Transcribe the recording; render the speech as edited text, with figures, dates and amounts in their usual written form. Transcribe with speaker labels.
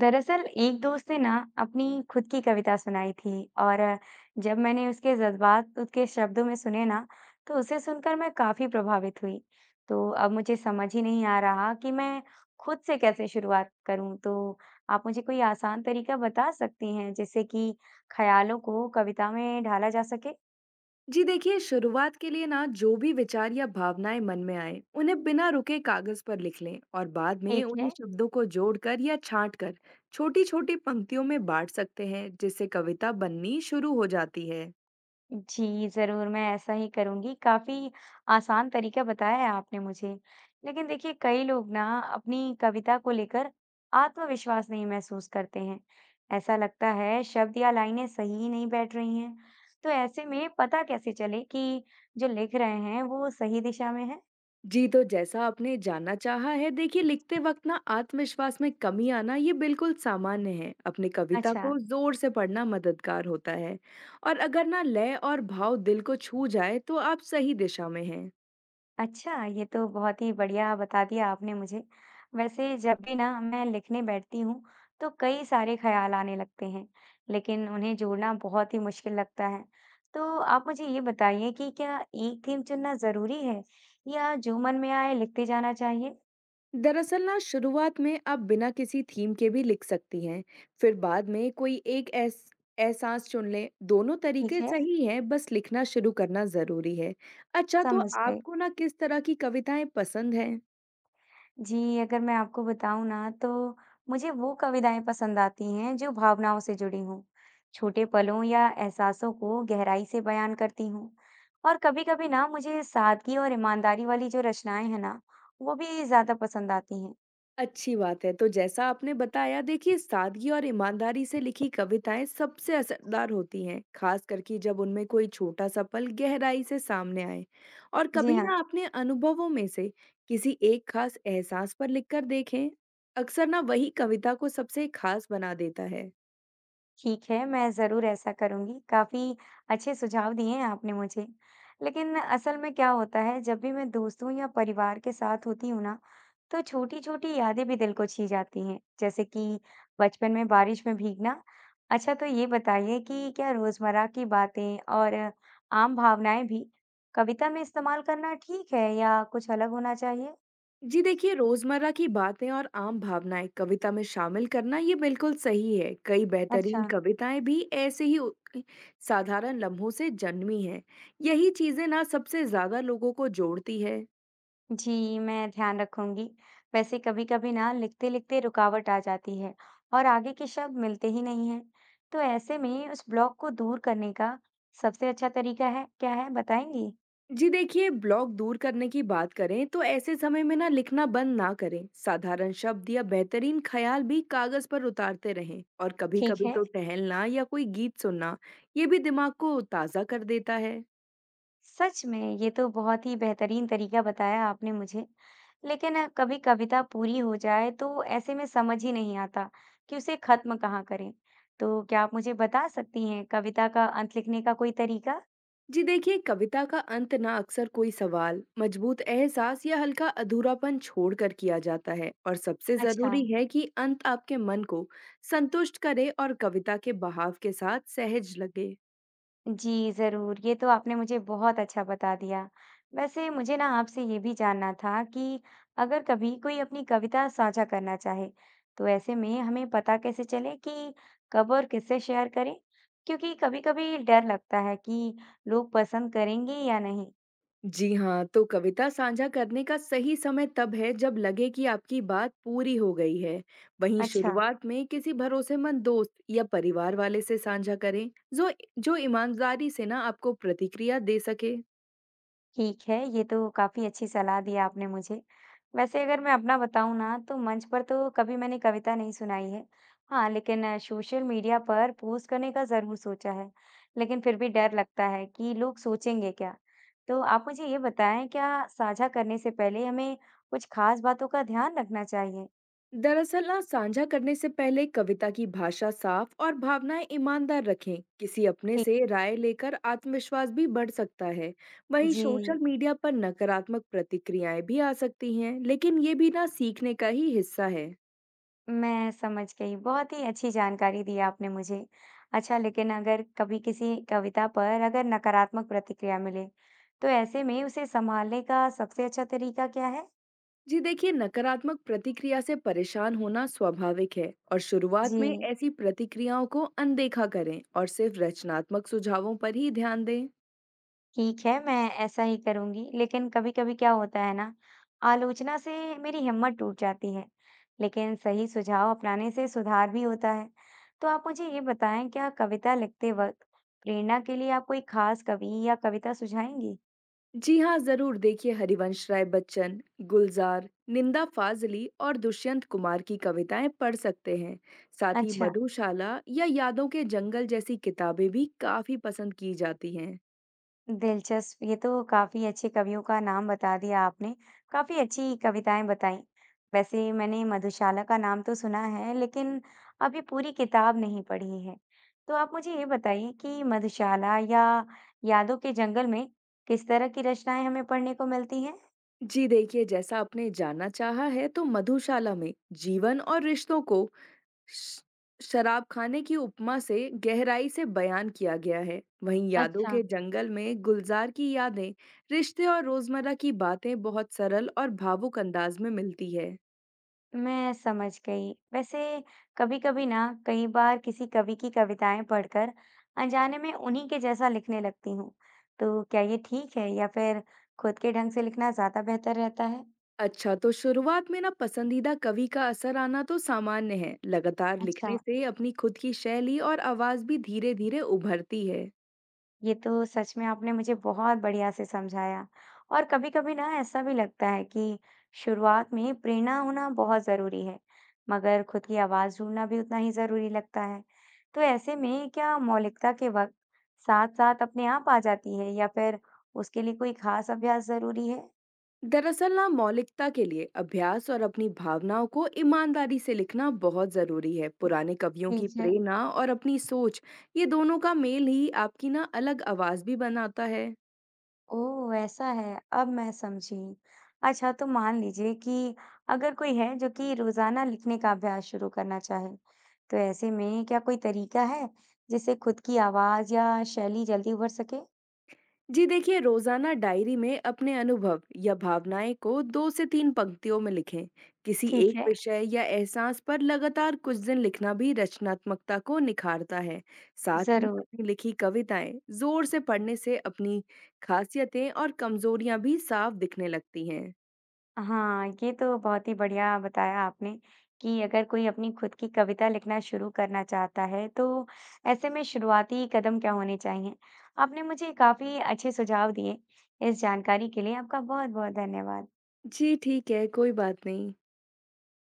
Speaker 1: दरअसल एक दोस्त ने ना अपनी खुद की कविता सुनाई थी और जब मैंने उसके जज्बात उसके शब्दों में सुने ना तो उसे सुनकर मैं काफी प्रभावित हुई। तो अब मुझे समझ ही नहीं आ रहा कि मैं खुद से कैसे शुरुआत करूं। तो आप मुझे कोई आसान तरीका बता सकती हैं जिससे कि ख्यालों को कविता में ढाला जा सके।
Speaker 2: जी देखिए, शुरुआत के लिए ना जो भी विचार या भावनाएं मन में आए उन्हें बिना रुके कागज पर लिख लें, और बाद में
Speaker 1: ठीक
Speaker 2: उन्हीं
Speaker 1: है।
Speaker 2: शब्दों को जोड़कर या छांटकर छोटी छोटी पंक्तियों में बांट सकते हैं, जिससे कविता बननी शुरू हो जाती है।
Speaker 1: जी, ज़रूर, मैं ऐसा ही करूँगी। काफ़ी आसान तरीका बताया है आपने मुझे। लेकिन देखिए, कई लोग ना अपनी कविता को लेकर आत्मविश्वास नहीं महसूस करते हैं। ऐसा लगता है शब्द या लाइनें सही ही नहीं बैठ रही हैं। तो ऐसे में पता कैसे चले कि जो लिख रहे हैं, वो सही दिशा में है?
Speaker 2: जी, तो जैसा आपने जानना चाहा है, देखिए लिखते वक्त ना आत्मविश्वास में कमी आना ये बिल्कुल सामान्य है। अपनी कविता
Speaker 1: अच्छा।
Speaker 2: को जोर से पढ़ना मददगार होता है, और अगर ना लय और भाव दिल को छू जाए तो आप सही दिशा में हैं।
Speaker 1: अच्छा, ये तो बहुत ही बढ़िया बता दिया आपने मुझे। वैसे जब भी ना मैं लिखने बैठती हूँ, तो कई सारे ख़्याल आने लगते हैं, लेकिन उन्हें जोड़ना बहुत ही मुश्किल लगता है। तो आप मुझे ये बताइए कि क्या एक थीम चुनना ज़रूरी है या जो मन में आए लिखते जाना चाहिए?
Speaker 2: दरअसल ना, शुरुआत में आप बिना किसी थीम के भी लिख सकती हैं, फिर बाद में कोई एक एस एहसास चुन लें। दोनों तरीके
Speaker 1: ठीक है।
Speaker 2: सही हैं, बस लिखना शुरू करना जरूरी है। अच्छा, तो
Speaker 1: समझ गई।
Speaker 2: आपको ना किस तरह की कविताएं पसंद हैं?
Speaker 1: जी, अगर मैं आपको बताऊँ ना तो मुझे वो कविताएँ पसंद आती हैं जो भावनाओं से जुड़ी हों, छोटे पलों या एहसासों को गहराई से बयान करती हूँ। और कभी-कभी ना मुझे सादगी और ईमानदारी वाली जो रचनाएँ हैं ना, वो भी ज़्यादा पसंद आती हैं।
Speaker 2: अच्छी बात है। तो जैसा आपने बताया, देखिए सादगी और ईमानदारी से लिखी कविताएं सबसे असरदार होती हैं, खास करके जब उनमें कोई छोटा सा पल गहराई से सामने आए। और
Speaker 1: जी
Speaker 2: कभी
Speaker 1: हाँ।
Speaker 2: ना अपने अनुभवों में से किसी एक खास एहसास पर लिखकर देखें, अक्सर ना वही कविता को सबसे खास बना देता है।
Speaker 1: ठीक है, मैं ज़रूर ऐसा करूँगी। काफ़ी अच्छे सुझाव दिए हैं आपने मुझे। लेकिन असल में क्या होता है जब भी मैं दोस्तों या परिवार के साथ होती हूँ ना, तो छोटी-छोटी यादें भी दिल को छी जाती हैं, जैसे कि बचपन में बारिश में भीगना। अच्छा तो ये बताइए कि क्या रोज़मर्रा की बातें और आम भावनाएँ भी कविता में इस्तेमाल करना ठीक है या कुछ अलग होना चाहिए?
Speaker 2: जी देखिए, रोज़मर्रा की बातें और आम भावनाएँ कविता में शामिल करना ये बिल्कुल सही है। कई बेहतरीन
Speaker 1: अच्छा।
Speaker 2: कविताएँ भी ऐसे ही अ, साधारण लम्हों से जन्मी हैं। यही चीज़ें ना सबसे ज़्यादा लोगों को जोड़ती है।
Speaker 1: जी, मैं ध्यान रखूंगी। वैसे कभी-कभी ना लिखते-लिखते रुकावट आ जाती है और आगे के शब्द मिलते ही नहीं हैं। तो ऐसे में उस ब्लॉक को दूर करने का सबसे अच्छा तरीका है क्या है बताएंगी?
Speaker 2: जी देखिए, ब्लॉक दूर करने की बात करें तो ऐसे समय में ना लिखना बंद ना करें। साधारण शब्द या बेहतरीन ख़्याल भी कागज़ पर उतारते रहें, और
Speaker 1: ठीक
Speaker 2: कभी-कभी
Speaker 1: है।
Speaker 2: तो टहलना या कोई गीत सुनना, ये भी दिमाग को ताज़ा कर देता है।
Speaker 1: सच में ये तो बहुत ही बेहतरीन तरीका बताया आपने मुझे। लेकिन कभी कविता पूरी हो जाए तो ऐसे में समझ ही नहीं आता कि उसे खत्म कहाँ करें। तो क्या आप मुझे बता सकती हैं कविता का अंत लिखने का कोई तरीका?
Speaker 2: जी देखिए, कविता का अंत ना अक्सर कोई सवाल, मजबूत एहसास या हल्का अधूरापन छोड़कर किया जाता है, और सबसे
Speaker 1: अच्छा।
Speaker 2: जरूरी है कि अंत आपके मन को संतुष्ट करे और कविता के बहाव के साथ सहज लगे।
Speaker 1: जी, ज़रूर। ये तो आपने मुझे बहुत अच्छा बता दिया। वैसे मुझे ना आपसे ये भी जानना था कि अगर कभी कोई अपनी कविता साझा करना चाहे, तो ऐसे में हमें पता कैसे चले कि कब और किससे शेयर करें? क्योंकि कभी-कभी डर लगता है कि लोग पसंद करेंगे या नहीं।
Speaker 2: जी हाँ, तो कविता साझा करने का सही समय तब है जब लगे कि आपकी बात पूरी हो गई है। वहीं
Speaker 1: अच्छा।
Speaker 2: शुरुआत में किसी भरोसेमंद दोस्त या परिवार वाले से साझा करें, जो जो ईमानदारी से ना आपको प्रतिक्रिया दे सके।
Speaker 1: ठीक है, ये तो काफ़ी अच्छी सलाह दी आपने मुझे। वैसे अगर मैं अपना बताऊँ ना तो मंच पर तो कभी मैंने कविता नहीं सुनाई है। हाँ, लेकिन सोशल मीडिया पर पोस्ट करने का ज़रूर सोचा है, लेकिन फिर भी डर लगता है कि लोग सोचेंगे क्या? तो आप मुझे ये बताएँ क्या साझा करने से पहले हमें कुछ खास बातों का ध्यान रखना चाहिए?
Speaker 2: दरअसल ना, साझा करने से पहले कविता की भाषा साफ और भावनाएं ईमानदार रखें। किसी अपने
Speaker 1: ठीक।
Speaker 2: से राय लेकर आत्मविश्वास भी बढ़ सकता है। वहीं सोशल
Speaker 1: जी।
Speaker 2: मीडिया पर नकारात्मक प्रतिक्रियाएं भी आ सकती हैं, लेकिन ये भी ना सीखने का ही हिस्सा है।
Speaker 1: मैं समझ गई। बहुत ही अच्छी जानकारी दी आपने मुझे। अच्छा लेकिन अगर कभी किसी कविता पर अगर नकारात्मक प्रतिक्रिया मिले, तो ऐसे में उसे सँभालने का सबसे अच्छा तरीका क्या है?
Speaker 2: जी देखिए, नकारात्मक प्रतिक्रिया से परेशान होना स्वाभाविक है, और
Speaker 1: जी।
Speaker 2: शुरुआत में ऐसी प्रतिक्रियाओं को अनदेखा करें और सिर्फ रचनात्मक सुझावों पर ही ध्यान दें।
Speaker 1: ठीक है, मैं ऐसा ही करूँगी। लेकिन कभी-कभी क्या होता है ना, आलोचना से मेरी हिम्मत टूट जाती है, लेकिन सही सुझाव अपनाने से सुधार भी होता है। तो आप मुझे ये बताएँ क्या कविता लिखते वक़्त प्रेरणा के लिए आप कोई ख़ास कवि या कविता सुझाएँगी?
Speaker 2: जी हाँ, जरूर। देखिए, हरिवंश राय बच्चन, गुलजार, निंदा फाजली और दुष्यंत कुमार की कविताएं पढ़ सकते हैं। साथ ही
Speaker 1: अच्छा।
Speaker 2: मधुशाला या यादों के जंगल जैसी किताबें भी काफी पसंद की जाती हैं।
Speaker 1: दिलचस्प, ये तो काफ़ी अच्छे कवियों का नाम बता दिया आपने। काफ़ी अच्छी कविताएँ बताईं। वैसे मैंने मधुशाला का नाम तो सुना है, लेकिन अभी पूरी किताब नहीं पढ़ी है। तो आप मुझे ये बताइए कि मधुशाला या यादों के जंगल में किस तरह की रचनाएँ हमें पढ़ने को मिलती हैं?
Speaker 2: जी देखिए, जैसा आपने जानना चाहा है, तो मधुशाला में जीवन और रिश्तों को श- शराब खाने की उपमा से गहराई से बयान किया गया है। वहीं यादों
Speaker 1: अच्छा।
Speaker 2: के जंगल में गुलजार की यादें, रिश्ते और रोजमर्रा की बातें बहुत सरल और भावुक अंदाज में मिलती है।
Speaker 1: मैं समझ गई। वैसे कभी-कभी ना कई बार किसी कवि की कविताएं पढ़कर अनजाने में उन्हीं के जैसा लिखने लगती हूँ। तो क्या ये ठीक है या फिर खुद के ढंग से लिखना ज्यादा बेहतर रहता है?
Speaker 2: अच्छा, तो शुरुआत में ना पसंदीदा कवि का असर आना तो सामान्य है। लगातार
Speaker 1: अच्छा।
Speaker 2: लिखने से अपनी खुद की शैली और आवाज भी धीरे धीरे उभरती है।
Speaker 1: ये तो सच में आपने मुझे बहुत बढ़िया से समझाया। और कभी-कभी ना ऐसा भी लगता है कि शुरुआत में प्रेरणा होना बहुत ज़रूरी है, मगर खुद की आवाज़ ढूंढना भी उतना ही ज़रूरी लगता है। तो ऐसे में क्या मौलिकता के वक्त साथ-साथ अपने आप आ जाती है या फिर उसके लिए कोई खास अभ्यास ज़रूरी है?
Speaker 2: दरअसल ना, मौलिकता के लिए अभ्यास और अपनी भावनाओं को ईमानदारी से लिखना बहुत जरूरी है। पुराने कवियों की
Speaker 1: ठीक है।
Speaker 2: प्रेरणा और अपनी सोच, ये दोनों का मेल ही आपकी ना अलग आवाज भी बनाता है।
Speaker 1: ओह! ऐसा है, अब मैं समझी। अच्छा, तो मान लीजिए कि अगर कोई है जो कि रोज़ाना लिखने का अभ्यास शुरू करना चाहे, तो ऐसे में क्या कोई तरीका है जिससे खुद की आवाज़ या शैली जल्दी उभर सके?
Speaker 2: जी देखिए, रोजाना डायरी में अपने अनुभव या भावनाएं को दो से तीन पंक्तियों में लिखें। किसी
Speaker 1: ठीक
Speaker 2: एक
Speaker 1: है।
Speaker 2: विषय या एहसास पर लगातार कुछ दिन लिखना भी रचनात्मकता को निखारता है। साथ ही
Speaker 1: ज़रूर।
Speaker 2: अपनी लिखी कविताएं जोर से पढ़ने से अपनी खासियतें और कमजोरियां भी साफ दिखने लगती हैं।
Speaker 1: हाँ, ये तो बहुत ही बढ़िया बताया आपने कि अगर कोई अपनी खुद की कविता लिखना शुरू करना चाहता है, तो ऐसे में शुरुआती कदम क्या होने चाहिए? आपने मुझे काफ़ी अच्छे सुझाव दिए। इस जानकारी के लिए आपका बहुत-बहुत धन्यवाद।
Speaker 2: जी ठीक है, कोई बात नहीं।